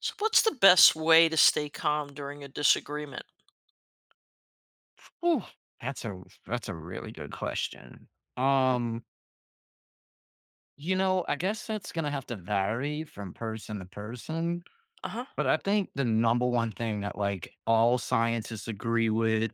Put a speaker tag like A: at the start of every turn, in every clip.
A: So, what's the best way to stay calm during a disagreement?
B: Whew, that's a really good question.
A: Uh huh.
B: Um, I guess that's gonna have to vary from person to person,
A: Uh-huh.
B: but I think the number one thing that like all scientists agree with,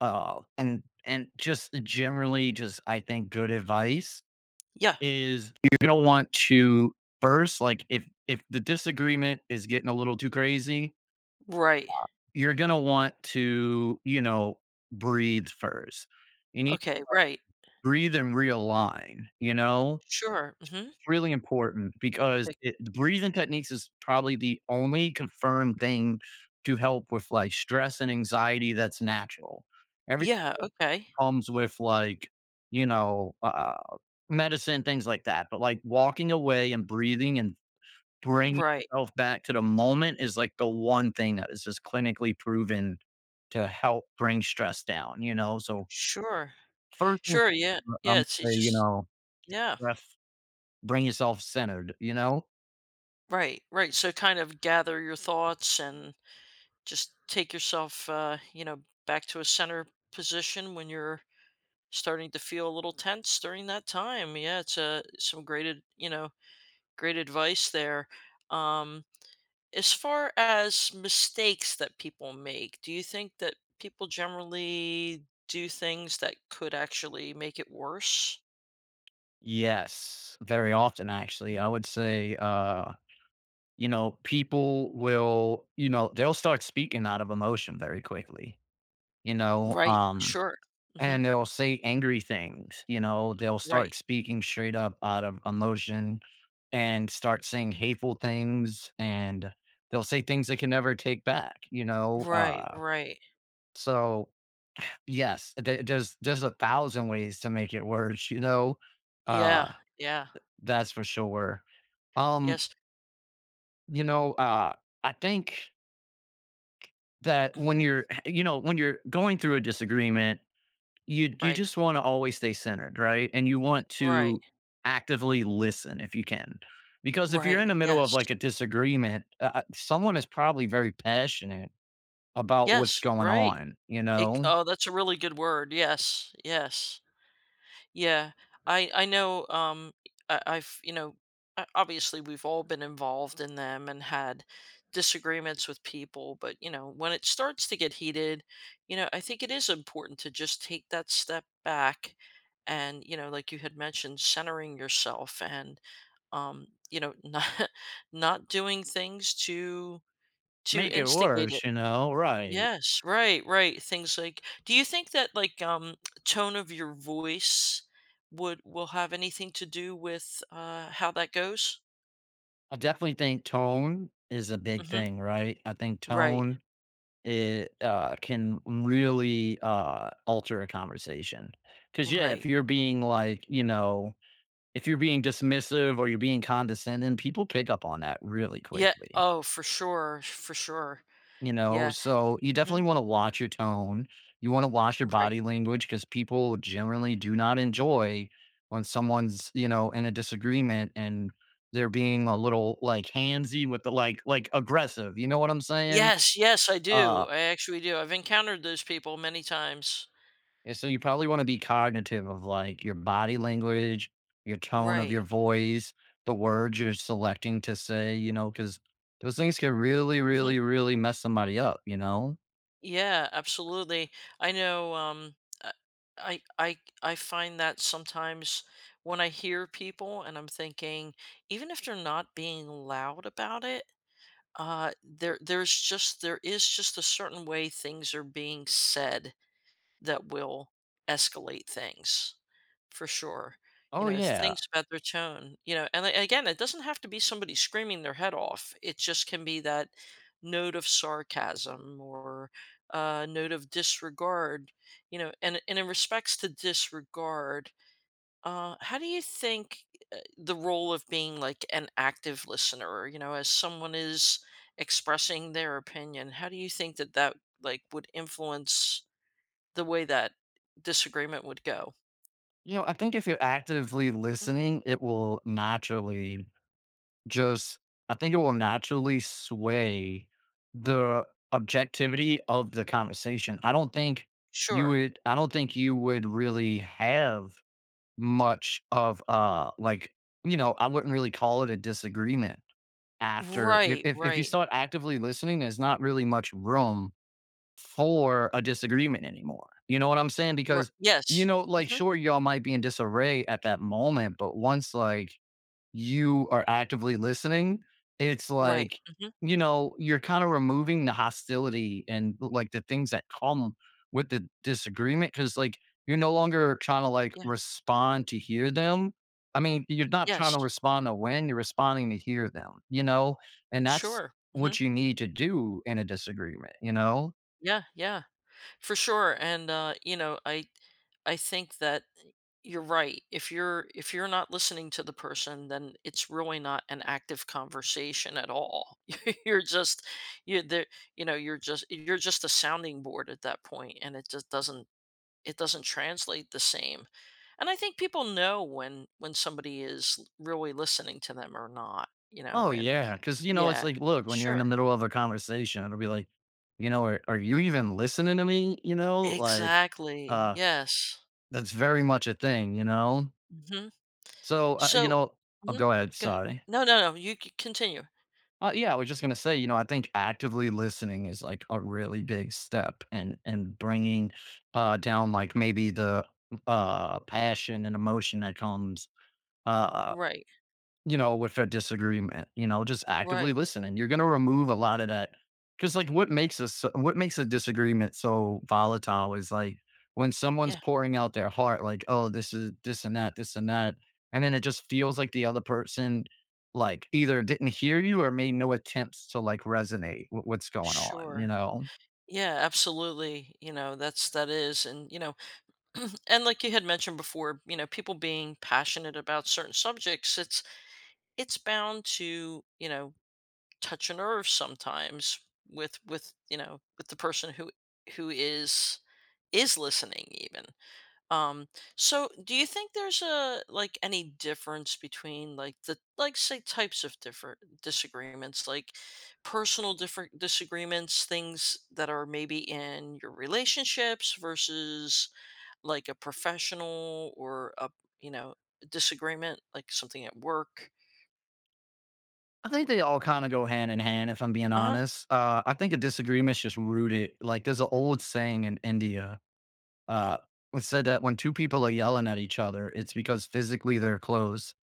B: and just generally, just I think good advice
A: Yeah.
B: is you're gonna want to first, like if the disagreement is getting a little too crazy,
A: Right.
B: you're gonna want to, breathe first. You
A: Okay. Right.
B: Breathe and realign, you know?
A: Sure. Mm-hmm.
B: It's really important because
A: Like,
B: it the breathing techniques is probably the only confirmed thing to help with, like, stress and anxiety that's natural. Everything
A: yeah. Okay.
B: comes with, like, you know, uh, medicine, things like that, but, like, walking away and breathing and bringing
A: Right.
B: yourself back to the moment is, like, the one thing that is just clinically proven to help bring stress down, you know? So,
A: Sure.
B: first and
A: Sure. Yeah.
B: foremost,
A: Yeah.
B: I'm
A: It's,
B: gonna
A: it's
B: say, you
A: just,
B: know,
A: yeah.
B: breath Bring yourself centered, you know?
A: Right. Right. So, kind of gather your thoughts and just take yourself, back to a center position when you're starting to feel a little tense during that time. Yeah. It's a some great, great advice there. Um, As far as mistakes that people make, do you think that people generally do things that could actually make it worse?
B: Yes, very often actually.
A: Mhm.
B: I would say, you know, people will, they'll start speaking out of emotion very quickly, you know,
A: Right,
B: um,
A: sure. Mhm.
B: and they'll say angry things, they'll start
A: Right.
B: speaking straight up out of emotion and start saying hateful things and they'll say things they can never take back, you know?
A: Right, right.
B: So yes, there's a thousand ways to make it worse, you know?
A: Yeah,
B: Uh,
A: yeah,
B: That's for sure. Um,
A: yes.
B: you know, uh, I think that when
A: Mhm.
B: you're, when you're going through a disagreement, you
A: Right,
B: just want to always stay centered, right? And you want
A: right,
B: to actively listen if you can, because if you're in
A: right,
B: the middle of
A: yes.
B: like a disagreement, someone is probably very passionate about what's
A: Yes,
B: going
A: right.
B: on. You
A: It
B: know,
A: oh, that's a really good word, yes, yes. Yeah, I know. I've obviously we've all been involved in them and had disagreements with people, but when it starts to get heated, I think it is important to just take that step back, and like you had mentioned, centering yourself and, um, you know, not not doing things to
B: make it
A: instigate it.
B: worse. You know, right?
A: Yes, right, right, things like do you think that, like, tone of your voice would will have anything to do with, how that goes?
B: I definitely think tone is a big
A: Mhm.
B: thing, right? I think
A: Right,
B: tone It, can really, alter a conversation. Cause yeah, if
A: right.
B: you're being, like, if you're being dismissive or you're being condescending, people pick up on that really
A: Yeah
B: quickly,
A: oh, for sure, for sure.
B: you know?
A: Yeah.
B: So, you definitely
A: Mhm.
B: wanna watch your tone. You wanna watch your
A: Right.
B: body language because people generally do not enjoy when someone's, you know, in a disagreement and they're being a little, like, handsy with the, like aggressive, you know what I'm saying?
A: Yes, yes, I do,
B: Uh
A: I actually do, I've encountered those people many times.
B: And so you probably want to be cognitive of like your body language, your tone of
A: Right.
B: your voice, the words you're selecting to say, you know, because those things can really,
A: Mhm.
B: really, really mess somebody up, you know?
A: Yeah, absolutely. I know uh, I find that sometimes when I hear people and I'm thinking even if they're not being loud about it, there is just a certain way things are being said that will escalate things for sure. You
B: Oh,
A: know,
B: yeah.
A: things about their tone, and again, it doesn't have to be somebody screaming their head off. It just can be that note of sarcasm or note of disregard, and in respects to disregard, how do you think the role of being like an active listener, as someone is expressing their opinion, how do you think that like would influence the way that disagreement would go.
B: You know, I think if you're actively
A: Mhm.
B: listening, it will naturally just, I think it will naturally sway the objectivity of the conversation.
A: Sure.
B: I don't think you would really have much of, like, you know, I wouldn't really call it a disagreement after if
A: Right,
B: if if you
A: right.
B: start actively listening, there's not really much room for a disagreement anymore. You know what I'm saying?
A: Ri
B: Because, you
A: yes.
B: know, like,
A: Mhm.
B: sure, y'all might be in disarray at that moment, but once, like, you are actively listening, it's
A: Right.
B: like,
A: Mhm.
B: you know, you're kind of removing the hostility and like the things that come with the disagreement. Cause like you're no longer trying to like
A: Yeah.
B: respond to hear them. I mean, you're not trying
A: Yes.
B: to respond to win, you're responding to hear them, you know? And that's
A: Sure. Mhm.
B: what you need to do in a disagreement, you know?
A: Yeah, yeah. For sure, and, I think that you're right. If you're not listening to the person, then it's really not an active conversation at all. You're just you're there you're just a sounding board at that point, and it just doesn't it doesn't translate the same. And I think people know when somebody is really listening to them or not,
B: Oh,
A: and
B: yeah. Cause, you know, it's
A: yeah.
B: like, look, when you're in
A: Sure.
B: the middle of a conversation, it'll be like, you know, are you even listening to me? You know, like,
A: Exactly.
B: uh,
A: Yes.
B: that's very much a thing, you know?
A: Mhm.
B: So,
A: So.
B: oh,
A: Mhm.
B: go ahead,
A: Go.
B: sorry.
A: No, no, no, you c continue.
B: Yeah, I was just gonna say, you know, I think actively listening is, like, a really big step and bringing, down, like, maybe the, passion and emotion that comes, uh
A: Right.
B: you know, with a disagreement, you know, just actively
A: Right.
B: listen, and you're gonna remove a lot of that. Because, like, what makes a disagreement so volatile is, like, when someone's
A: Yeah.
B: pouring out their heart, like, "Oh, this is this and that," and then it just feels like the other person, like, either didn't hear you or made no attempts to, like, resonate with what's going on, you
A: Sure.
B: know?
A: Yeah, absolutely. You know, that's that is and, you know, And like you had mentioned before, people being passionate about certain subjects, it's bound to, touch a nerve sometimes with you know with the person who is listening even. um so do you think there's a like any difference between like the like say types of different disagreements, like personal different disagreements, things that are maybe in your relationships versus like a professional or a you know disagreement, like something at work?
B: I think they all kinda go hand in hand, if I'm being
A: Uh-huh.
B: honest. I think a disagreement's just rooted like, there's an old saying in India. Uh, it said that when two people are yelling at each other, it's because physically they're close,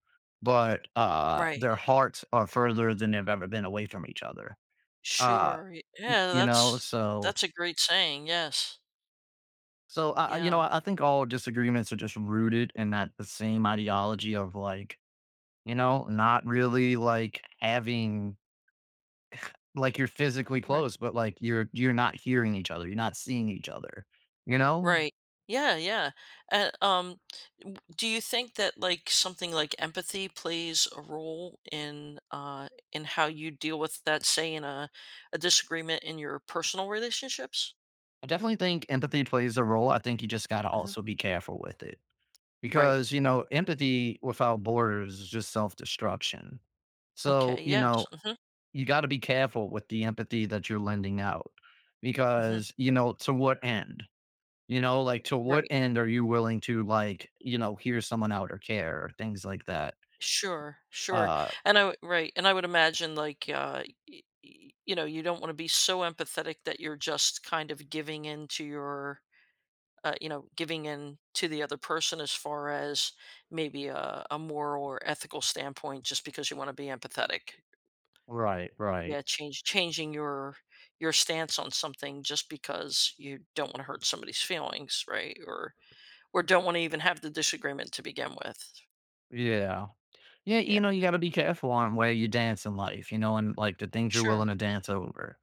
B: but,
A: Right.
B: their hearts are further than they've ever been away from each other. Uh,
A: Sure, y
B: y
A: yeah,
B: you know,
A: that's
B: so
A: a great saying, yes.
B: so, I you know,
A: Yeah,
B: I think all disagreements are just rooted in that the same ideology of, like, you know, not really, like, having like, you're physically
A: right,
B: close, but, like, you're not hearing each other, you're not seeing each other, you know?
A: right. Yeah, yeah, and, w do you think that, like, something like empathy plays a role in how you deal with that, say, in a disagreement in your personal relationships?
B: I definitely think empathy plays a role. I think you just gotta
A: Mhm,
B: also be careful with it,
A: right.
B: because, you know, empathy without borders is just self-destruction, so,
A: Okay,
B: you
A: yes,
B: know,
A: mhm,
B: you got to be careful with the empathy that you're lending out,
A: mhm,
B: because, you know, to what end? You know, like, to what
A: right.
B: end are you willing to, like, you know, hear someone out or care or things like that?
A: Sure, sure.
B: uh
A: And I w right, and I would imagine, like, you don't wanna be so empathetic that you're just kind of giving in to your, giving in to the other person as far as maybe a moral or ethical standpoint just because you wanna be empathetic.
B: right,
A: Yeah,
B: right,
A: change changing your stance on something just because you don't wanna hurt somebody's feelings, right? Or don't wanna even have the disagreement to begin with.
B: yeah. Yeah,
A: Yeah,
B: you know, you gotta be careful on where you dance in life, you know, and like the things you're
A: sure.
B: willing to dance over.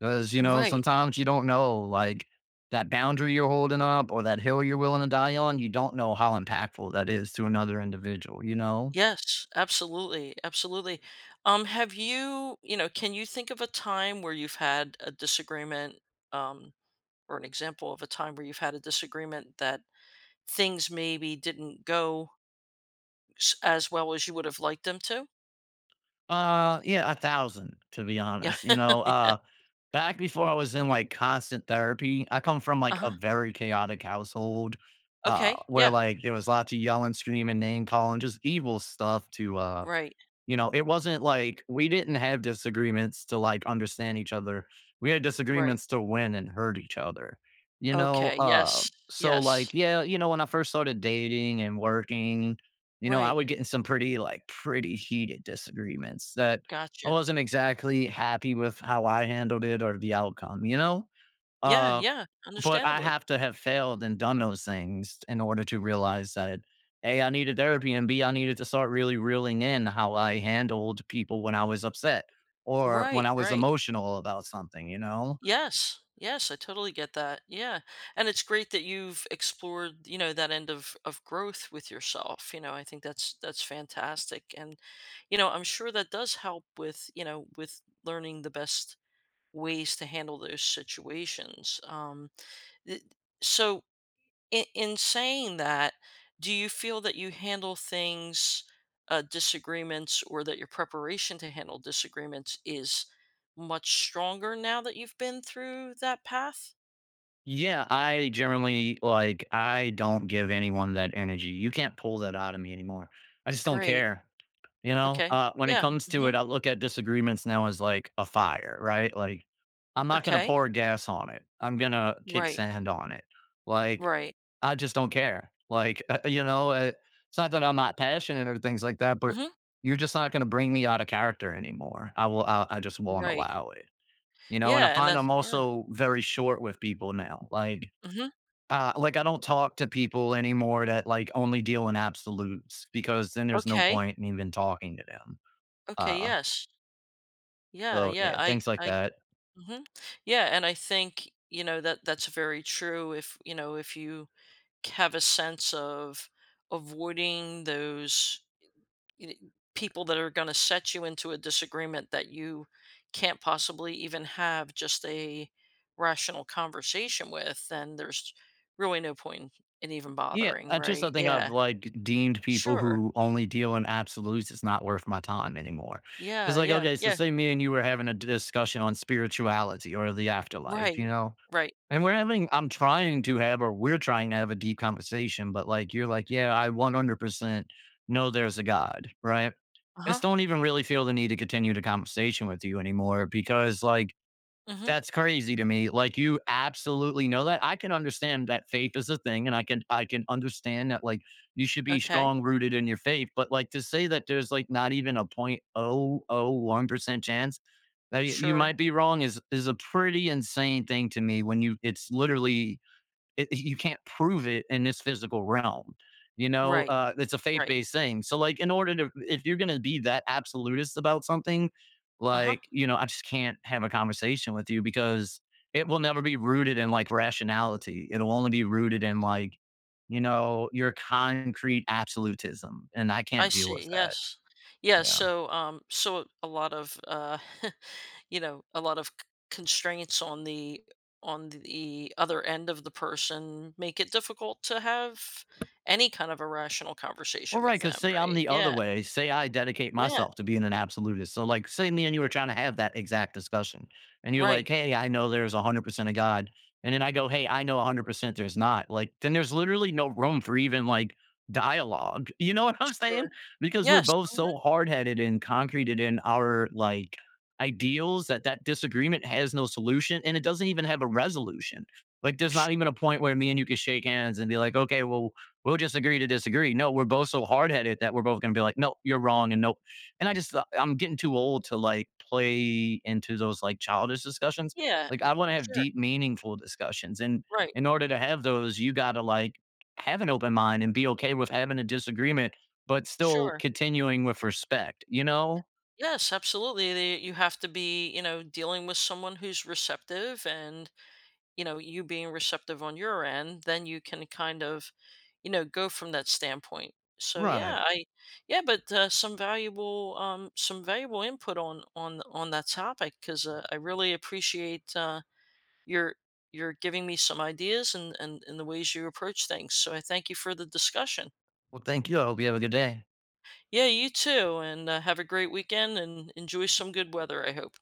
B: Because, you know,
A: Right.
B: sometimes you don't know like that boundary you're holding up or that hill you're willing to die on, you don't know how impactful that is to another individual, you know?
A: Yes, absolutely, absolutely. Have you, you know, can you think of a time where you've had a disagreement, um, or an example of a time where you've had a disagreement that things maybe didn't go as well as you would have liked them to?
B: Yeah, a thousand, to be
A: Yeah.
B: honest. You know, back before I was in like constant therapy, I come from like a
A: Uh-huh.
B: very chaotic household,
A: Okay.
B: where
A: Yeah.
B: like there was lots of yelling, screaming, name calling, just evil stuff to
A: Right.
B: you know, it wasn't like we didn't have disagreements to like understand each other. We had
A: Right.
B: disagreements to win and hurt each other. You know,
A: Okay. Yes.
B: so
A: Yes.
B: like yeah, you know, when I first started dating and working, you know, I
A: Right.
B: would get in some pretty like pretty heated disagreements that I
A: Gotcha.
B: wasn't exactly happy with how I handled it or the outcome, you know?
A: Yeah.
B: Um
A: Yeah.
B: but I
A: Understandably.
B: have to have failed and done those things in order to realize that A, I needed therapy, and B, I needed to start really reeling in how I handled people when I was upset or when
A: Right.
B: I was
A: Right.
B: emotional about something, you know?
A: Yes. Yes, I totally get that. Yeah. And it's great that you've explored, that end of growth with yourself. I think that's fantastic. And I'm sure that does help with, with learning the best ways to handle those situations. Th- so in, saying that, do you feel that you handle things, disagreements, or that your preparation to handle disagreements is much stronger now that you've been through that path?
B: Yeah, I generally like, I don't give anyone that energy. You can't pull that out of me anymore. I just don't
A: Great.
B: care. You know,
A: Okay.
B: when it
A: Yeah.
B: comes to
A: Hmm.
B: it, I look at disagreements now as like a fire, right? Like, I'm not going to
A: Okay.
B: pour gas on it. I'm going to kick
A: Right.
B: sand on it. Like,
A: Right.
B: I just don't care. Like, it's not that I'm not passionate or things like that, but
A: Hmm.
B: you're just not going to bring me out of character anymore. I will, I just won't
A: Right.
B: allow it, you know? And I
A: Yeah. And
B: find
A: that's
B: I'm
A: yeah.
B: also very short with people now.
A: Hmm.
B: Like I don't talk to people anymore that like only deal in absolutes because then there's no
A: Okay.
B: point in even talking to them.
A: Okay.
B: Uh,
A: Yes. Yeah.
B: so
A: Yeah.
B: yeah,
A: I.
B: things like
A: I.
B: that.
A: Hmm. Yeah. And I think that's very true. If you have a sense of avoiding those y- people that are going to set you into a disagreement that you can't possibly even have just a rational conversation with, then there's really no point in even
B: Yeah,
A: bothering,
B: I just I
A: right?
B: think I've
A: Yeah,
B: like deemed people
A: sure.
B: who only deal in absolutes. It's not worth my time anymore. It's
A: Yeah,
B: like,
A: yeah,
B: okay, so
A: yeah.
B: say me and you were having a discussion on spirituality or the afterlife, you
A: Right,
B: know,
A: right.
B: and we're having, I'm trying to have, or we're trying to have a deep conversation, but like you're like, yeah, I 100% know there's a God, right?
A: Uh
B: I Just
A: huh.
B: don't even really feel the need to continue the conversation with you anymore because like
A: Mm hmm.
B: that's crazy to me. Like you absolutely know that. I can understand that faith is a thing and I can understand that like you should be
A: Okay.
B: strong rooted in your faith, but like to say that there's like not even a 0.01% chance that you
A: Sure.
B: might be wrong is a pretty insane thing to me when you it's literally it, you can't prove it in this physical realm. You know,
A: Right,
B: it's a faith
A: right.
B: based thing. So, like, in order to, if you're going to be that absolutist about something,
A: Uh huh.
B: like, you know, I just can't have a conversation with you because it will never be rooted in like rationality. It'll only be rooted in like, you know, your concrete absolutism. And I
A: I
B: can't deal
A: see.
B: with that.
A: Yes. Yeah.
B: Yeah.
A: So, a lot of, a lot of constraints on the other end of the person make it difficult to have any kind of a rational
B: Well,
A: conversation
B: right.
A: with
B: Because
A: them,
B: say I'm
A: right?
B: the other
A: Yeah.
B: way. Say I dedicate
A: Yeah.
B: myself to being an absolutist. So, like, say me and you were trying to have that exact discussion, and you're
A: Right.
B: like, "Hey, I know there's 100% of God," and then I go, "Hey, I know 100% there's not." Like, then there's literally no room for even like dialogue. You know what I'm
A: Sure.
B: saying? Because we're
A: Yes.
B: both so hard headed and concreted in our like ideals that that disagreement has no solution, and it doesn't even have a resolution. Like, there's
A: Sh-
B: not even a point where me and you can shake hands and be like, "Okay, well." we'll just agree to disagree. No, we're both so hard headed that we're both going to be like, no, you're wrong. And no. And I just, I'm getting too old to like play into those like childish discussions.
A: yeah.
B: Like, I want to have
A: Sure.
B: deep, meaningful discussions. And
A: Right.
B: in order to have those, you got to like have an open mind and be okay with having a disagreement, but still
A: Sure.
B: continuing with respect, you know?
A: Yes, absolutely. You have to be, dealing with someone who's receptive and you being receptive on your end, then you can kind of, go from that standpoint. So
B: Right.
A: yeah, I yeah, but some valuable input on that topic, because I really appreciate your are giving me some ideas, and the ways you approach things. So I thank you for the discussion.
B: Well, thank you. I hope you have a good day.
A: Yeah, you too, and have a great weekend and enjoy some good weather. I hope.